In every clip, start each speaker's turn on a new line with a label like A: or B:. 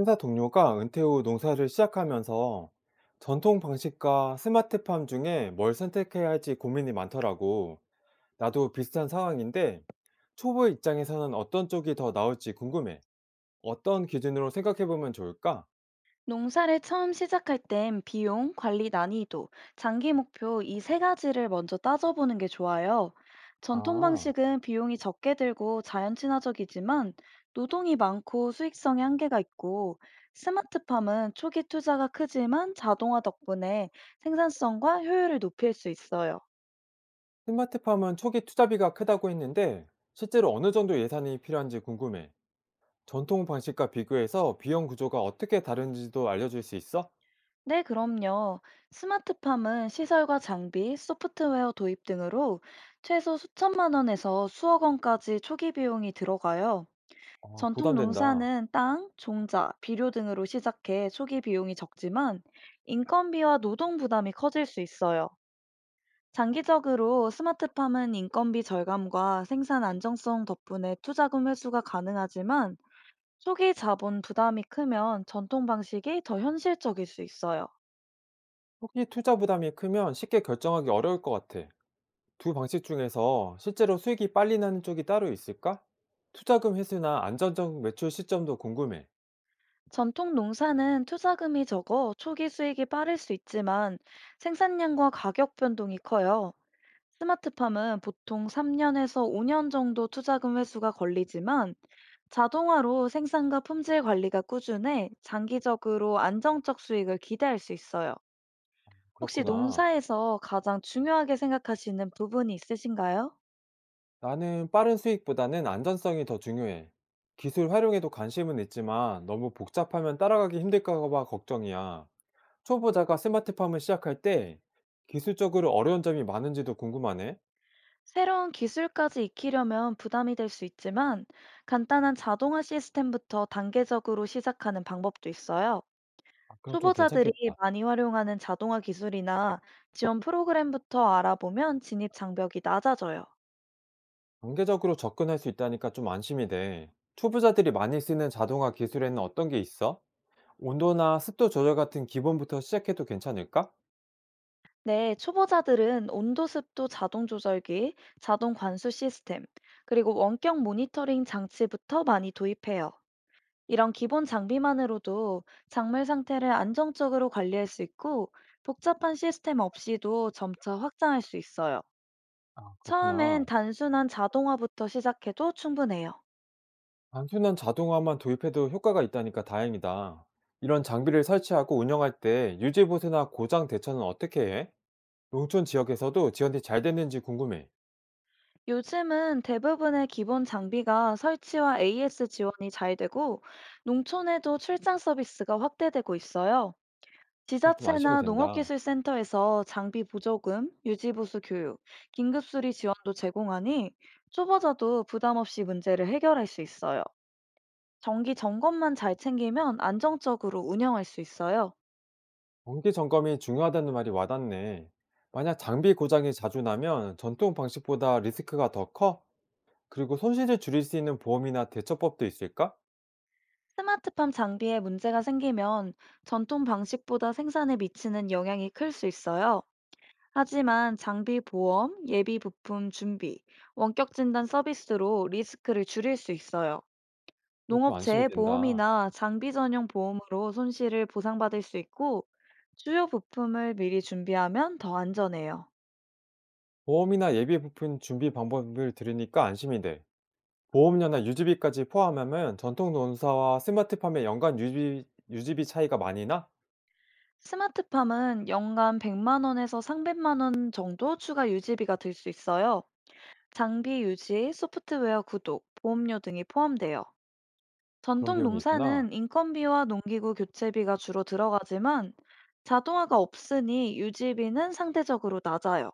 A: 회사 동료가 은퇴 후 농사를 시작하면서 전통 방식과 스마트팜 중에 뭘 선택해야 할지 고민이 많더라고. 나도 비슷한 상황인데 초보 입장에서는 어떤 쪽이 더 나을지 궁금해. 어떤 기준으로 생각해보면 좋을까?
B: 농사를 처음 시작할 땐 비용, 관리 난이도, 장기 목표 이 세 가지를 먼저 따져보는 게 좋아요. 전통
A: 아,
B: 방식은 비용이 적게 들고 자연 친화적이지만 노동이 많고 수익성에 한계가 있고, 스마트팜은 초기 투자가 크지만 자동화 덕분에 생산성과 효율을 높일 수 있어요.
A: 스마트팜은 초기 투자비가 크다고 했는데 실제로 어느 정도 예산이 필요한지 궁금해. 전통 방식과 비교해서 비용 구조가 어떻게 다른지도 알려줄 수 있어?
B: 네, 그럼요. 스마트팜은 시설과 장비, 소프트웨어 도입 등으로 최소 수천만 원에서 수억 원까지 초기 비용이 들어가요.
A: 아,
B: 전통
A: 부담된다.
B: 농사는 땅, 종자, 비료 등으로 시작해 초기 비용이 적지만 인건비와 노동 부담이 커질 수 있어요. 장기적으로 스마트팜은 인건비 절감과 생산 안정성 덕분에 투자금 회수가 가능하지만, 초기 자본 부담이 크면 전통 방식이 더 현실적일 수 있어요.
A: 초기 투자 부담이 크면 쉽게 결정하기 어려울 것 같아. 두 방식 중에서 실제로 수익이 빨리 나는 쪽이 따로 있을까? 투자금 회수나 안전적 매출 시점도 궁금해.
B: 전통 농사는 투자금이 적어 초기 수익이 빠를 수 있지만 생산량과 가격 변동이 커요. 스마트팜은 보통 3년에서 5년 정도 투자금 회수가 걸리지만, 자동화로 생산과 품질 관리가 꾸준해 장기적으로 안정적 수익을 기대할 수 있어요. 혹시
A: 그렇구나.
B: 농사에서 가장 중요하게 생각하시는 부분이 있으신가요?
A: 나는 빠른 수익보다는 안전성이 더 중요해. 기술 활용에도 관심은 있지만 너무 복잡하면 따라가기 힘들까 봐 걱정이야. 초보자가 스마트팜을 시작할 때 기술적으로 어려운 점이 많은지도 궁금하네.
B: 새로운 기술까지 익히려면 부담이 될 수 있지만, 간단한 자동화 시스템부터 단계적으로 시작하는 방법도 있어요.
A: 아, 그럼 좀
B: 초보자들이
A: 괜찮겠다.
B: 많이 활용하는 자동화 기술이나 지원 프로그램부터 알아보면 진입 장벽이 낮아져요.
A: 단계적으로 접근할 수 있다니까 좀 안심이 돼. 초보자들이 많이 쓰는 자동화 기술에는 어떤 게 있어? 온도나 습도 조절 같은 기본부터 시작해도 괜찮을까?
B: 네, 초보자들은 온도 습도 자동 조절기, 자동 관수 시스템, 그리고 원격 모니터링 장치부터 많이 도입해요. 이런 기본 장비만으로도 작물 상태를 안정적으로 관리할 수 있고, 복잡한 시스템 없이도 점차 확장할 수 있어요.
A: 아,
B: 처음엔
A: 그렇구나.
B: 단순한 자동화부터 시작해도 충분해요.
A: 단순한 자동화만 도입해도 효과가 있다니까 다행이다. 이런 장비를 설치하고 운영할 때 유지보수나 고장 대처는 어떻게 해? 농촌 지역에서도 지원이 잘 됐는지 궁금해.
B: 요즘은 대부분의 기본 장비가 설치와 AS 지원이 잘 되고, 농촌에도 출장 서비스가 확대되고 있어요.
A: 그건 좀 안심이
B: 지자체나
A: 된다.
B: 농업기술센터에서 장비 보조금, 유지보수 교육, 긴급수리 지원도 제공하니 초보자도 부담 없이 문제를 해결할 수 있어요. 정기 점검만 잘 챙기면 안정적으로 운영할 수 있어요.
A: 정기 점검이 중요하다는 말이 와닿네. 만약 장비 고장이 자주 나면 전통 방식보다 리스크가 더 커? 그리고 손실을 줄일 수 있는 보험이나 대처법도 있을까?
B: 스마트팜 장비에 문제가 생기면 전통 방식보다 생산에 미치는 영향이 클 수 있어요. 하지만 장비 보험, 예비 부품 준비, 원격 진단 서비스로 리스크를 줄일 수 있어요.
A: 그건 좀 안심이
B: 농업체의
A: 된다.
B: 보험이나 장비 전용 보험으로 손실을 보상받을 수 있고, 주요 부품을 미리 준비하면 더 안전해요.
A: 보험이나 예비 부품 준비 방법을 들으니까 안심이 돼. 보험료나 유지비까지 포함하면 전통 농사와 스마트 팜의 연간 유지비 차이가 많이 나?
B: 스마트팜은 연간 100만 원에서 300만 원 정도 추가 유지비가 들 수 있어요. 장비 유지, 소프트웨어 구독, 보험료 등이 포함돼요.
A: 그런
B: 전통
A: 비용이 있구나.
B: 농사는 인건비와 농기구 교체비가 주로 들어가지만, 자동화가 없으니 유지비는 상대적으로 낮아요.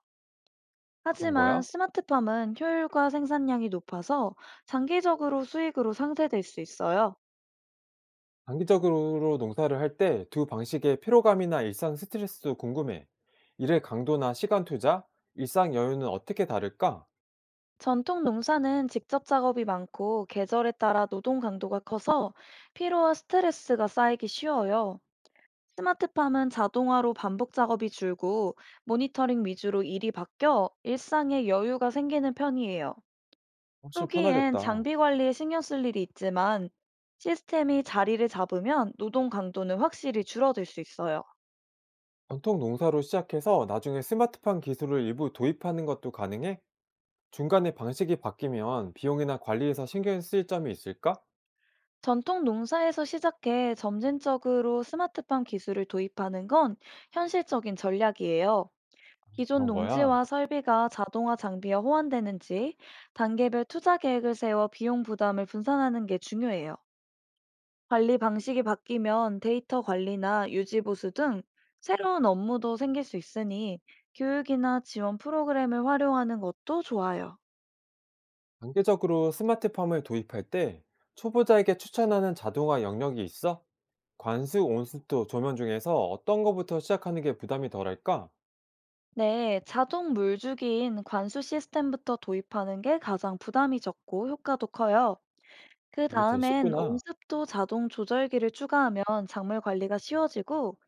A: 그런
B: 하지만
A: 거야?
B: 스마트팜은 효율과 생산량이 높아서 장기적으로 수익으로 상쇄될 수 있어요.
A: 장기적으로 농사를 할 때 두 방식의 피로감이나 일상 스트레스도 궁금해. 일의 강도나 시간 투자, 일상 여유는 어떻게 다를까?
B: 전통 농사는 직접 작업이 많고 계절에 따라 노동 강도가 커서 피로와 스트레스가 쌓이기 쉬워요. 스마트팜은 자동화로 반복 작업이 줄고 모니터링 위주로 일이 바뀌어 일상에 여유가 생기는 편이에요.
A: 훨씬
B: 초기엔
A: 편하겠다.
B: 장비 관리에 신경 쓸 일이 있지만, 시스템이 자리를 잡으면 노동 강도는 확실히 줄어들 수 있어요.
A: 전통 농사로 시작해서 나중에 스마트팜 기술을 일부 도입하는 것도 가능해? 중간에 방식이 바뀌면 비용이나 관리에서 신경 쓰일 점이 있을까?
B: 전통 농사에서 시작해 점진적으로 스마트팜 기술을 도입하는 건 현실적인 전략이에요. 기존
A: 그런 거야.
B: 농지와 설비가 자동화 장비와 호환되는지 단계별 투자 계획을 세워 비용 부담을 분산하는 게 중요해요. 관리 방식이 바뀌면 데이터 관리나 유지 보수 등 새로운 업무도 생길 수 있으니 교육이나 지원 프로그램을 활용하는 것도 좋아요.
A: 단계적으로 스마트팜을 도입할 때 초보자에게 추천하는 자동화 영역이 있어? 관수, 온수도, 조면 중에서 어떤 거부터 시작하는 게 부담이 덜할까?
B: 네, 자동 물주기인 관수 시스템부터 도입하는 게 가장 부담이 적고 효과도 커요. 그
A: 이게 제일
B: 다음엔
A: 쉽구나.
B: 온습도 자동 조절기를 추가하면 작물 관리가 쉬워지고,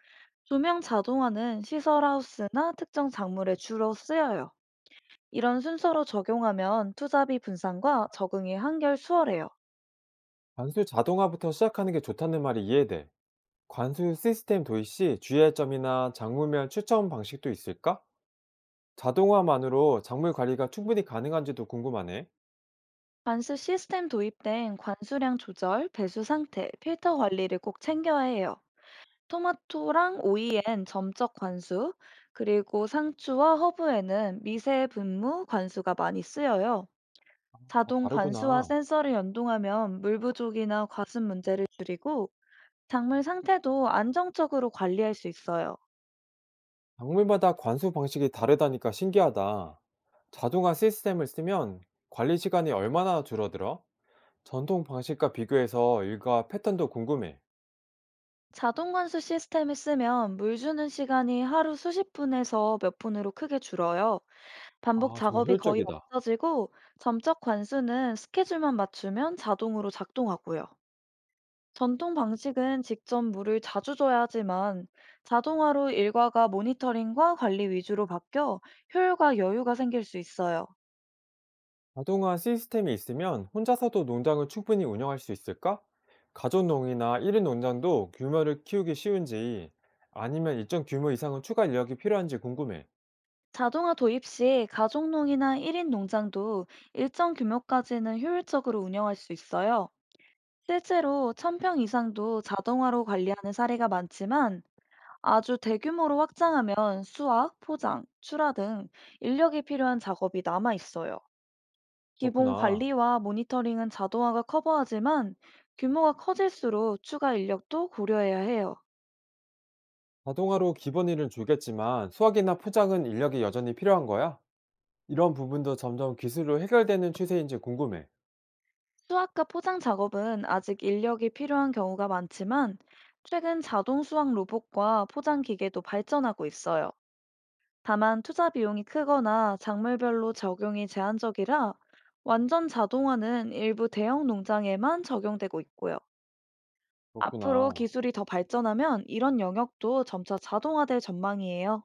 B: 조명 자동화는 시설 하우스나 특정 작물에 주로 쓰여요. 이런 순서로 적용하면 투자비 분산과 적응이 한결 수월해요.
A: 관수 자동화부터 시작하는 게 좋다는 말이 이해돼. 관수 시스템 도입 시 주의할 점이나 작물별 추천 방식도 있을까? 자동화만으로 작물 관리가 충분히 가능한지도 궁금하네.
B: 관수 시스템 도입된 관수량 조절, 배수 상태, 필터 관리를 꼭 챙겨야 해요. 토마토랑 오이엔 점적 관수, 그리고 상추와 허브에는 미세 분무 관수가 많이 쓰여요.
A: 다
B: 자동 관수와
A: 다르구나.
B: 센서를 연동하면 물 부족이나 과습 문제를 줄이고 작물 상태도 안정적으로 관리할 수 있어요.
A: 작물마다 관수 방식이 다르다니까 신기하다. 자동화 시스템을 쓰면 관리 시간이 얼마나 줄어들어? 전통 방식과 비교해서 일과 패턴도 궁금해.
B: 자동 관수 시스템을 쓰면 물 주는 시간이 하루 수십 분에서 몇 분으로 크게 줄어요. 반복
A: 아, 정말
B: 작업이 거의
A: 효율적이다.
B: 없어지고, 점적 관수는 스케줄만 맞추면 자동으로 작동하고요. 전통 방식은 직접 물을 자주 줘야 하지만 자동화로 일과가 모니터링과 관리 위주로 바뀌어 효율과 여유가 생길 수 있어요.
A: 자동화 시스템이 있으면 혼자서도 농장을 충분히 운영할 수 있을까? 가족 농이나 1인 농장도 규모를 키우기 쉬운지 아니면 일정 규모 이상은 추가 인력이 필요한지 궁금해.
B: 자동화 도입 시 가족농이나 1인 농장도 일정 규모까지는 효율적으로 운영할 수 있어요. 실제로 천평 이상도 자동화로 관리하는 사례가 많지만, 아주 대규모로 확장하면 수확, 포장, 출하 등 인력이 필요한 작업이 남아 있어요. 기본
A: 그렇구나.
B: 관리와 모니터링은 자동화가 커버하지만 규모가 커질수록 추가 인력도 고려해야 해요.
A: 자동화로 기본 일은 줄겠지만 수확이나 포장은 인력이 여전히 필요한 거야? 이런 부분도 점점 기술로 해결되는 추세인지 궁금해.
B: 수확과 포장 작업은 아직 인력이 필요한 경우가 많지만, 최근 자동 수확 로봇과 포장 기계도 발전하고 있어요. 다만 투자 비용이 크거나 작물별로 적용이 제한적이라 완전 자동화는 일부 대형 농장에만 적용되고 있고요. 앞으로
A: 그렇구나.
B: 기술이 더 발전하면 이런 영역도 점차 자동화될 전망이에요.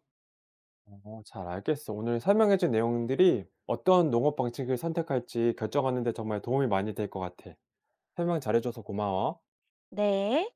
A: 어, 잘 알겠어. 오늘 설명해준 내용들이 어떤 농업 방식을 선택할지 결정하는 데 정말 도움이 많이 될 것 같아. 설명 잘해줘서 고마워.
B: 네.